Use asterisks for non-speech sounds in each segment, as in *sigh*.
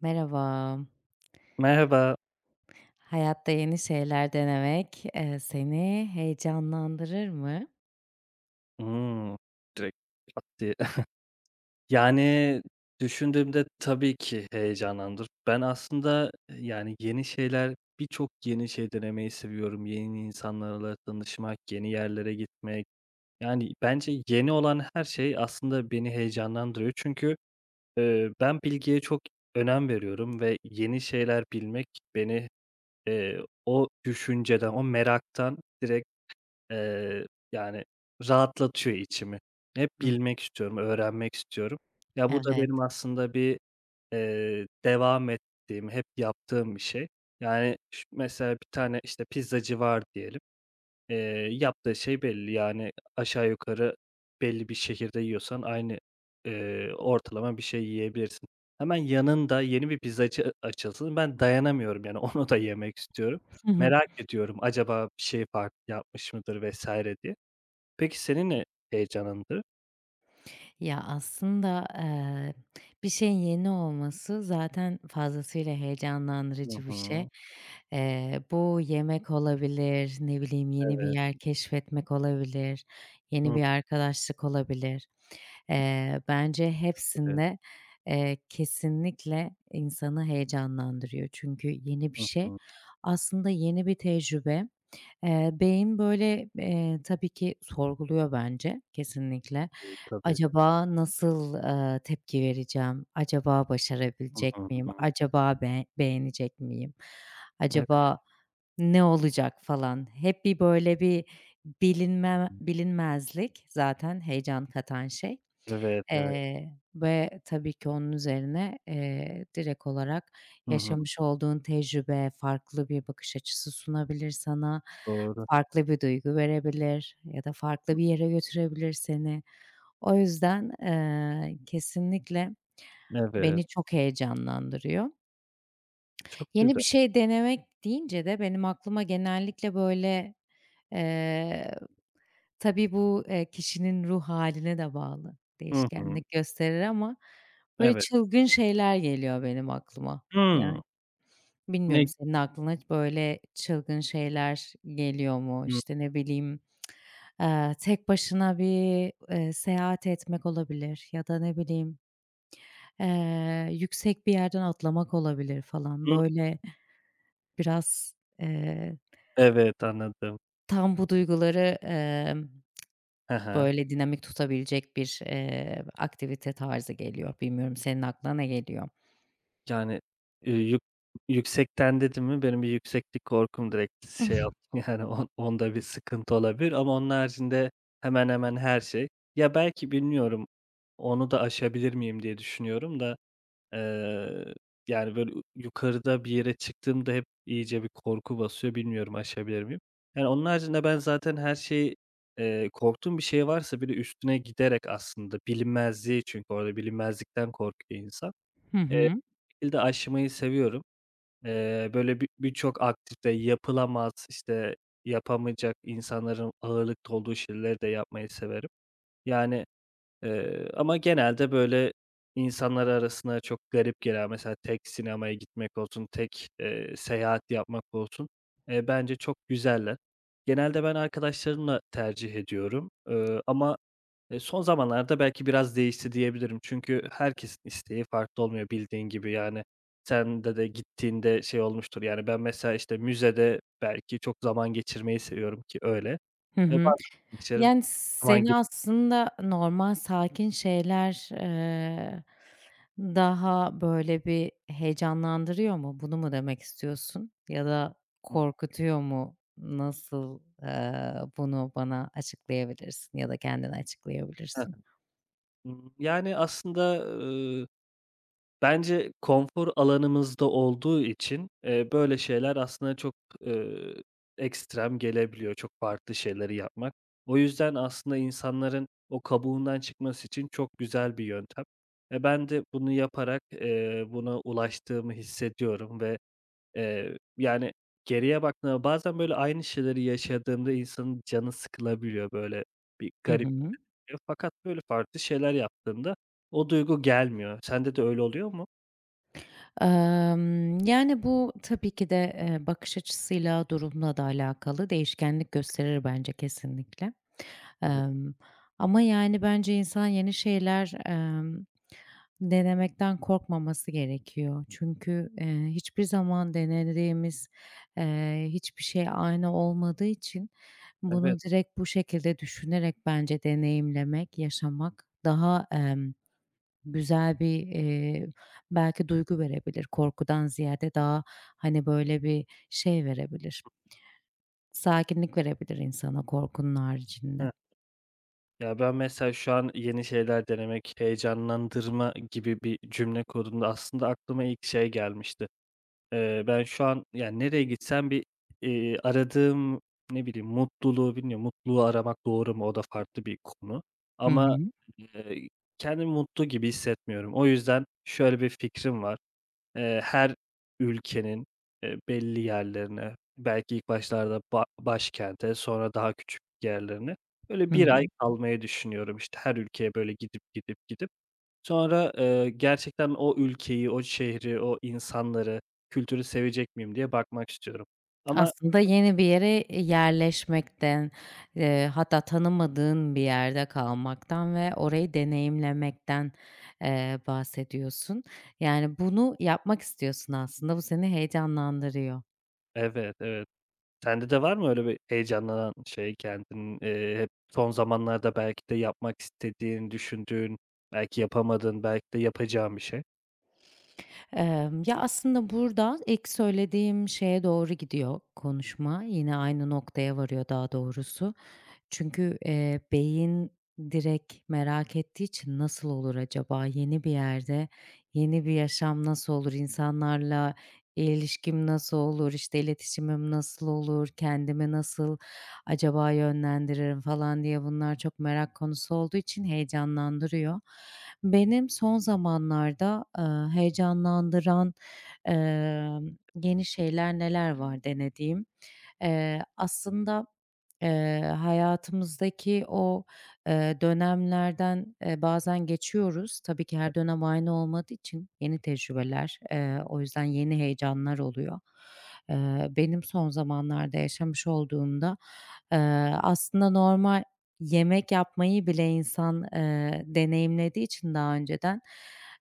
Merhaba. Merhaba. Hayatta yeni şeyler denemek, seni heyecanlandırır mı? Hımm. Direkt pat diye. *laughs* Yani, düşündüğümde tabii ki heyecanlandır. Ben aslında, yani, yeni şeyler birçok yeni şey denemeyi seviyorum. Yeni insanlarla tanışmak, yeni yerlere gitmek. Yani, bence yeni olan her şey aslında beni heyecanlandırıyor. Çünkü, ben bilgiye çok önem veriyorum ve yeni şeyler bilmek beni, eee, o düşünceden, o meraktan direkt Eee, yani, rahatlatıyor içimi. Hep Hıh, bilmek istiyorum, öğrenmek istiyorum. Ya, bu da evet. benim aslında bir, devam ettiğim, hep yaptığım bir şey. Yani, mesela bir tane, işte, pizzacı var diyelim. Yaptığı şey belli, yani, aşağı yukarı belli bir şehirde yiyorsan aynı, ortalama bir şey yiyebilirsin. Hemen yanında yeni bir pizzacı açılsın, ben dayanamıyorum, yani, *laughs* onu da yemek istiyorum. *laughs* Merak ediyorum, acaba bir şey farklı yapmış mıdır vesaire diye. Peki senin ne heyecanındır? Ya, aslında, bir şeyin yeni olması zaten fazlasıyla Hı heyecanlandırıcı bir şey. hı. Bu yemek olabilir, ne bileyim, yeni bir Evet. yer keşfetmek olabilir, yeni Hı, bir arkadaşlık olabilir. Bence evet. hepsinde, kesinlikle insanı heyecanlandırıyor. Çünkü yeni bir Hı şey hı. aslında yeni bir tecrübe. Beyin, böyle, tabii ki sorguluyor bence kesinlikle. Tabii. Acaba nasıl, tepki vereceğim? Acaba Hı hı. başarabilecek miyim? Hı. Acaba beğenecek miyim? Evet. Acaba ne olacak falan? Hep bir, böyle, bir bilinmezlik zaten heyecan katan şey. Evet, evet. Ve tabii ki onun üzerine, direkt olarak Hı hı. yaşamış olduğun tecrübe farklı bir bakış açısı sunabilir sana, Doğru. farklı bir duygu verebilir ya da farklı Hı. bir yere götürebilir seni. O yüzden, kesinlikle Evet. beni çok heyecanlandırıyor. Çok Yeni güzel. bir şey denemek deyince de benim aklıma genellikle, böyle, eee, tabii bu, kişinin ruh haline de bağlı, Hı hı. değişkenlik gösterir ama böyle Evet. çılgın şeyler geliyor benim aklıma. Hıı. Yani, Ne bilmiyorum senin aklına hiç böyle çılgın şeyler geliyor mu? Hı İşte, ne bileyim, tek başına bir, seyahat etmek olabilir ya da ne bileyim, yüksek bir yerden atlamak olabilir hı. falan. Böyle biraz, eee, Evet, anladım. tam bu duyguları, Hı hı. böyle dinamik tutabilecek bir, aktivite tarzı geliyor. Bilmiyorum senin aklına ne geliyor? Yani, eee, yük yüksekten dedin mi benim bir yükseklik korkum direkt şey *laughs* yaptı *laughs* yani onda bir sıkıntı olabilir ama onun haricinde hemen hemen her şey. Ya, belki bilmiyorum, onu da aşabilir miyim diye düşünüyorum da. Eee, Yani, böyle, yukarıda bir yere çıktığımda hep iyice bir korku basıyor. Bilmiyorum aşabilir miyim? Yani, onun haricinde ben zaten her şeyi, korktuğum bir şey varsa bile üstüne giderek aslında bilinmezliği çünkü orada bilinmezlikten korkuyor insan. Hı Eee, hı. Bir şekilde aşmayı seviyorum. Böyle, birçok aktivite yapılamaz, işte, yapamayacak insanların ağırlıkta olduğu şeyleri de yapmayı severim. Yani. Ama genelde, böyle, insanlar arasına çok garip gelen, mesela tek sinemaya gitmek olsun, tek, seyahat yapmak olsun, bence çok güzeller. Genelde ben arkadaşlarımla tercih ediyorum, ama, son zamanlarda belki biraz değişti diyebilirim. Çünkü herkesin isteği farklı olmuyor bildiğin gibi. Yani, sen de gittiğinde şey olmuştur, yani, ben mesela, işte, müzede belki çok zaman geçirmeyi seviyorum ki öyle. Hı hı. Bazı arkadaşlarım Yani, zaman seni git. aslında normal sakin şeyler, daha böyle bir heyecanlandırıyor mu? Bunu mu demek istiyorsun? Ya da korkutuyor mu? Nasıl, bunu bana açıklayabilirsin ya da kendine açıklayabilirsin? Yani, aslında, bence konfor alanımızda olduğu için, böyle şeyler aslında çok, ııı, ekstrem gelebiliyor, çok farklı şeyleri yapmak. O yüzden aslında insanların o kabuğundan çıkması için çok güzel bir yöntem. Ben de bunu yaparak, buna ulaştığımı hissediyorum ve, yani, geriye baktığımda bazen böyle aynı şeyleri yaşadığımda insanın canı sıkılabiliyor, böyle bir Hı garip hı. Fakat böyle farklı şeyler yaptığımda o duygu gelmiyor. Sende de öyle oluyor mu? Yani, bu tabii ki de, bakış açısıyla, durumla da alakalı değişkenlik gösterir bence kesinlikle. Tabii, Emm, Ama, yani, bence insan yeni şeyler, denemekten korkmaması gerekiyor. Çünkü, hiçbir zaman denediğimiz, hiçbir şey aynı olmadığı için evet. bunu direkt bu şekilde düşünerek bence deneyimlemek, yaşamak daha güzel bir, belki duygu verebilir. Korkudan ziyade daha, hani, böyle bir şey verebilir. Sakinlik verebilir insana korkunun Heh. haricinde. Ya, ben mesela şu an yeni şeyler denemek, heyecanlandırma gibi bir cümle kurduğumda aslında aklıma ilk şey gelmişti. Ben şu an, yani, nereye gitsem bir, aradığım, ne bileyim, mutluluğu bilmiyorum, mutluluğu aramak doğru mu? O da farklı bir konu Hı ama, hı. eee, kendimi mutlu gibi hissetmiyorum. O yüzden şöyle bir fikrim var. Her ülkenin, belli yerlerine, belki ilk başlarda başkente, sonra daha küçük yerlerine, böyle Hı bir hı. ay kalmayı düşünüyorum. İşte, her ülkeye böyle gidip, gidip, gidip. Sonra, gerçekten o ülkeyi, o şehri, o insanları, kültürü sevecek miyim diye bakmak istiyorum. Ama. Aslında yeni bir yere, yerleşmekten, hatta tanımadığın bir yerde kalmaktan ve orayı deneyimlemekten, bahsediyorsun. Yani, bunu yapmak istiyorsun aslında, bu seni heyecanlandırıyor. Evet, evet. Sende de var mı öyle bir heyecanlanan şey, kendin, hep son zamanlarda belki de yapmak istediğin, düşündüğün, belki yapamadığın, belki de yapacağın bir şey? Ya, aslında burada ilk söylediğim şeye doğru gidiyor konuşma, yine aynı noktaya varıyor daha doğrusu. Çünkü, beyin direkt merak ettiği için nasıl olur acaba, yeni bir yerde, yeni bir yaşam nasıl olur, insanlarla ilişkim nasıl olur, işte, iletişimim nasıl olur, kendimi nasıl acaba yönlendiririm falan diye bunlar çok merak konusu olduğu için heyecanlandırıyor. Benim son zamanlarda, heyecanlandıran, emm, yeni şeyler neler var denediğim? Aslında, hayatımızdaki o, dönemlerden, bazen geçiyoruz. Tabii ki her dönem aynı olmadığı için yeni tecrübeler, o yüzden yeni heyecanlar oluyor. Benim son zamanlarda yaşamış olduğumda, eee, aslında normal yemek yapmayı bile insan, deneyimlediği için daha önceden,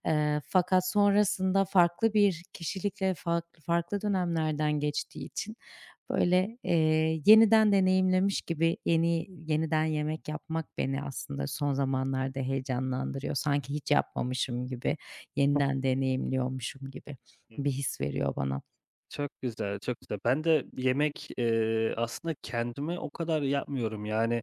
fakat sonrasında farklı bir kişilikle farklı farklı dönemlerden geçtiği için, böyle, yeniden deneyimlemiş gibi yeniden yemek yapmak beni aslında son zamanlarda heyecanlandırıyor. Sanki hiç yapmamışım gibi, yeniden deneyimliyormuşum gibi bir his veriyor bana. Çok güzel, çok güzel. Ben de yemek, aslında kendime o kadar yapmıyorum. Yani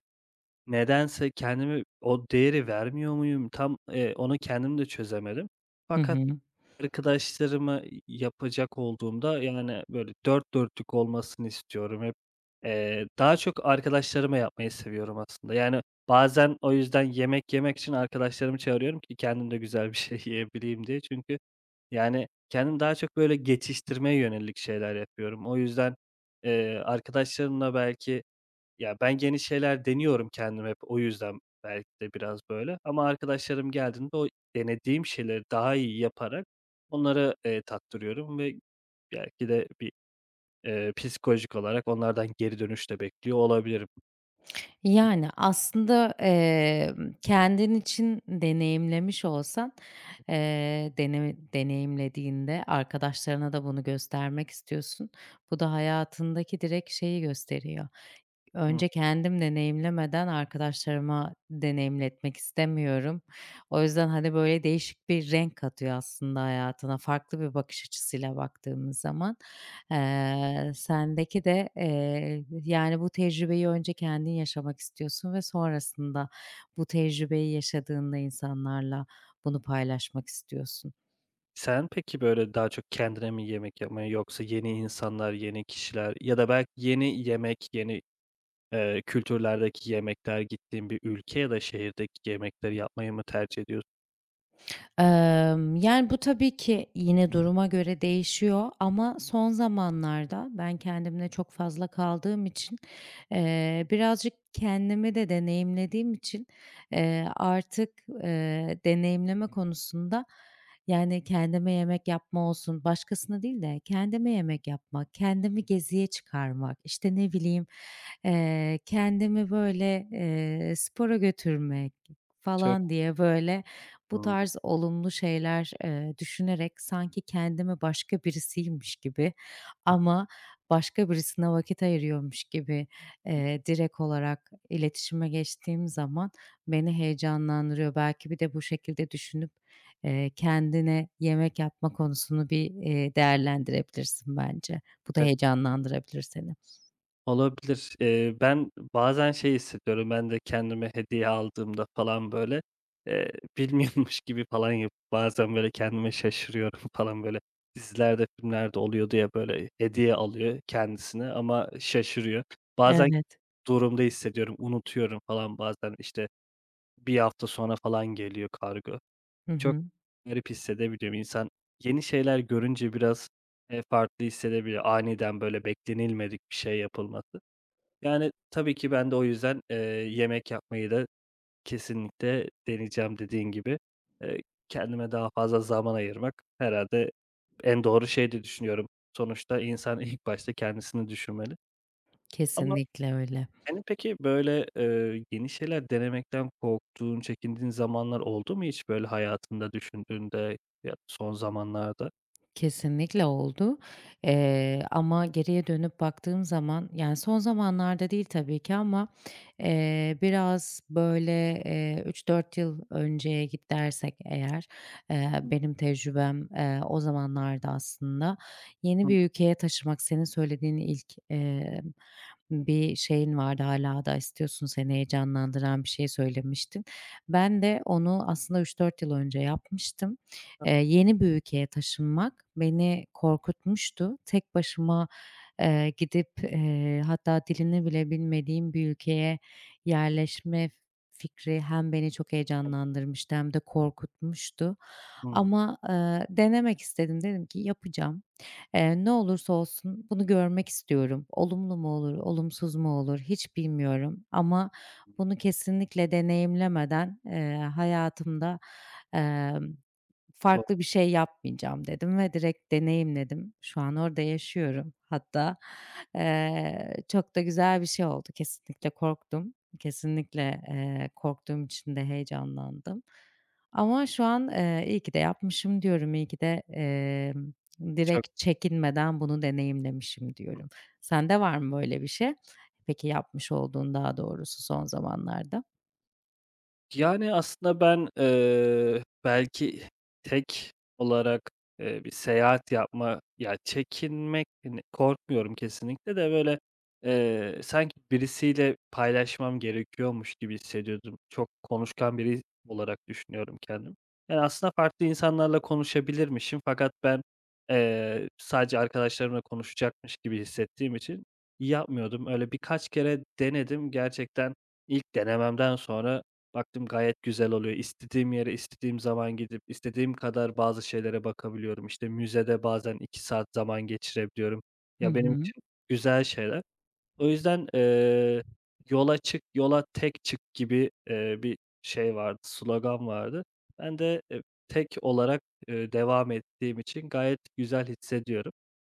nedense kendime o değeri vermiyor muyum? Tam, onu kendim de çözemedim. Hı Fakat hı. arkadaşlarıma yapacak olduğumda, yani, böyle, dört dörtlük olmasını istiyorum hep. Daha çok arkadaşlarıma yapmayı seviyorum aslında. Yani, bazen o yüzden yemek yemek için arkadaşlarımı çağırıyorum ki kendim de güzel bir şey *laughs* yiyebileyim diye. Çünkü yani, kendim daha çok böyle geçiştirmeye yönelik şeyler yapıyorum. O yüzden, arkadaşlarımla belki ya, ben yeni şeyler deniyorum kendim hep, o yüzden belki de biraz böyle ama arkadaşlarım geldiğinde o denediğim şeyleri daha iyi yaparak onlara, tattırıyorum ve belki de bir psikolojik olarak onlardan geri dönüş de bekliyor olabilirim. Yani, aslında, kendin için deneyimlemiş olsan, *unintelligible* deneyimlediğinde arkadaşlarına da bunu göstermek istiyorsun. Bu da hayatındaki direkt şeyi gösteriyor. Hı. Önce kendim deneyimlemeden arkadaşlarıma deneyimletmek istemiyorum. O yüzden, hani, böyle, değişik bir renk katıyor aslında hayatına farklı bir bakış açısıyla baktığımız zaman. Sendeki de, yani, bu tecrübeyi önce kendin yaşamak istiyorsun ve sonrasında bu tecrübeyi yaşadığında insanlarla bunu paylaşmak istiyorsun. Sen peki, böyle, daha çok kendine mi yemek yapmayı yoksa yeni insanlar, yeni kişiler ya da belki yeni yemek, yeni, kültürlerdeki yemekler, gittiğin bir ülke ya da şehirdeki yemekleri yapmayı mı tercih ediyorsun? Yani, bu tabii ki yine duruma göre değişiyor ama son zamanlarda ben kendimle çok fazla kaldığım için, birazcık kendimi de deneyimlediğim için, artık, deneyimleme konusunda, yani, kendime yemek yapma olsun, başkasına değil de kendime yemek yapmak, kendimi geziye çıkarmak, işte, ne bileyim, kendimi, böyle, spora götürmek Çok. falan diye, böyle, bu Hımm. tarz olumlu şeyler, düşünerek sanki kendimi başka birisiymiş gibi ama başka birisine vakit ayırıyormuş gibi, direkt olarak iletişime geçtiğim zaman beni heyecanlandırıyor. Belki bir de bu şekilde düşünüp, kendine yemek yapma konusunu bir, değerlendirebilirsin bence. Bu da heyecanlandırabilir seni. Olabilir. Ben bazen şey hissediyorum, ben de kendime hediye aldığımda falan böyle, eee, *laughs* bilmiyormuş gibi falan yapıp bazen böyle kendime şaşırıyorum *laughs* falan böyle. Dizilerde, filmlerde oluyordu ya böyle hediye alıyor kendisine ama şaşırıyor. Bazen Evet. durumda hissediyorum, unutuyorum falan bazen işte bir hafta sonra falan geliyor kargo. Hı Çok hı. garip hissedebiliyorum. İnsan yeni şeyler görünce biraz, farklı hissedebiliyor. Aniden böyle beklenilmedik bir şey yapılması. Yani, tabii ki ben de o yüzden, yemek yapmayı da kesinlikle deneyeceğim dediğin gibi. Eee, Kendime daha fazla zaman ayırmak herhalde en doğru şey diye düşünüyorum. Sonuçta insan *laughs* ilk başta kendisini düşünmeli. Ama Kesinlikle öyle. senin peki, böyle, yeni şeyler denemekten korktuğun, çekindiğin zamanlar oldu mu hiç böyle hayatında düşündüğünde ya da son zamanlarda? Kesinlikle oldu, ama geriye dönüp baktığım zaman, yani, son zamanlarda değil tabii ki ama, biraz, böyle, 3-4 yıl önceye git dersek eğer, Hı. benim tecrübem, o zamanlarda aslında yeni Hı bir ülkeye taşımak senin söylediğin ilk, bir şeyin vardı, hala da istiyorsun, seni heyecanlandıran bir şey söylemiştin. Ben de onu aslında 3-4 yıl önce yapmıştım. Yeni bir ülkeye taşınmak beni korkutmuştu. Tek başıma, gidip, hatta dilini bile bilmediğim bir ülkeye yerleşme fikri hem beni çok hı. heyecanlandırmıştı hem de korkutmuştu. Hımm. Ama, denemek istedim. Dedim ki yapacağım. Ne olursa olsun bunu görmek istiyorum. Olumlu mu olur, olumsuz mu olur hiç bilmiyorum ama bunu kesinlikle deneyimlemeden, hayatımda, farklı bir şey yapmayacağım dedim ve direkt deneyimledim. Şu an orada yaşıyorum hatta. Çok da güzel bir şey oldu. Kesinlikle korktum. Kesinlikle, korktuğum için de heyecanlandım. Ama şu an, iyi ki de yapmışım diyorum. İyi ki de, direkt çekinmeden bunu deneyimlemişim diyorum. Sende var mı böyle bir şey? Peki yapmış olduğun daha doğrusu son zamanlarda? Yani, aslında ben, belki tek olarak, bir seyahat yapma ya, çekinmek, hani, korkmuyorum kesinlikle de, böyle, sanki birisiyle paylaşmam gerekiyormuş gibi hissediyordum. Çok konuşkan biri olarak düşünüyorum kendimi. Yani, aslında farklı insanlarla konuşabilirmişim fakat ben, sadece arkadaşlarımla konuşacakmış gibi hissettiğim için yapmıyordum. Öyle birkaç kere denedim. Gerçekten ilk denememden sonra baktım gayet güzel oluyor. İstediğim yere, istediğim zaman gidip, istediğim kadar bazı şeylere bakabiliyorum. İşte, müzede bazen 2 saat zaman geçirebiliyorum. Hı Ya, benim hı. için güzel şeyler. O yüzden, "Yola çık, yola tek çık." gibi, bir şey vardı, slogan vardı. Ben de, tek olarak, devam ettiğim için gayet güzel hissediyorum.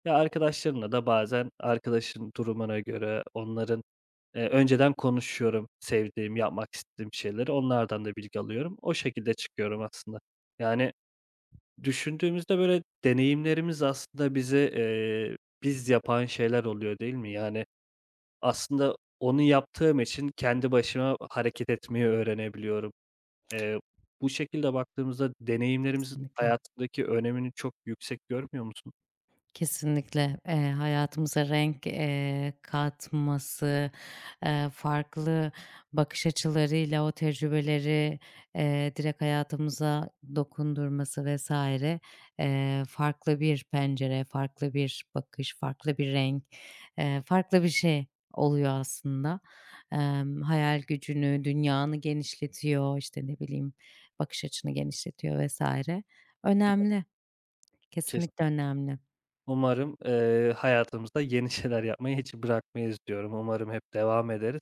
Ya, arkadaşlarımla da bazen arkadaşın durumuna göre, onların önceden konuşuyorum sevdiğim, yapmak istediğim şeyleri. Onlardan da bilgi alıyorum. O şekilde çıkıyorum aslında. Yani düşündüğümüzde böyle deneyimlerimiz aslında bizi, biz yapan şeyler oluyor değil mi? Yani aslında onu yaptığım için kendi başıma hareket etmeyi öğrenebiliyorum. Eee, Bu şekilde baktığımızda deneyimlerimizin Kesinlikle. hayatındaki önemini çok yüksek görmüyor musun? Kesinlikle, hayatımıza renk, katması, farklı bakış açılarıyla o tecrübeleri, direkt hayatımıza dokundurması vesaire farklı bir pencere, farklı bir bakış, farklı bir renk, farklı bir şey oluyor aslında. Hayal gücünü, dünyanı genişletiyor, işte, ne bileyim, bakış açını genişletiyor vesaire. Önemli, Kes. kesinlikle önemli. Umarım, hayatımızda yeni *laughs* şeyler yapmayı hiç bırakmayız diyorum. Umarım hep devam ederiz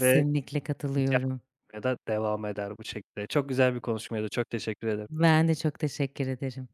ve Hiç katılıyorum. Yapmaya da devam eder bu şekilde. Çok güzel bir konuşmaydı. Çok teşekkür ederim. Ben de çok teşekkür ederim.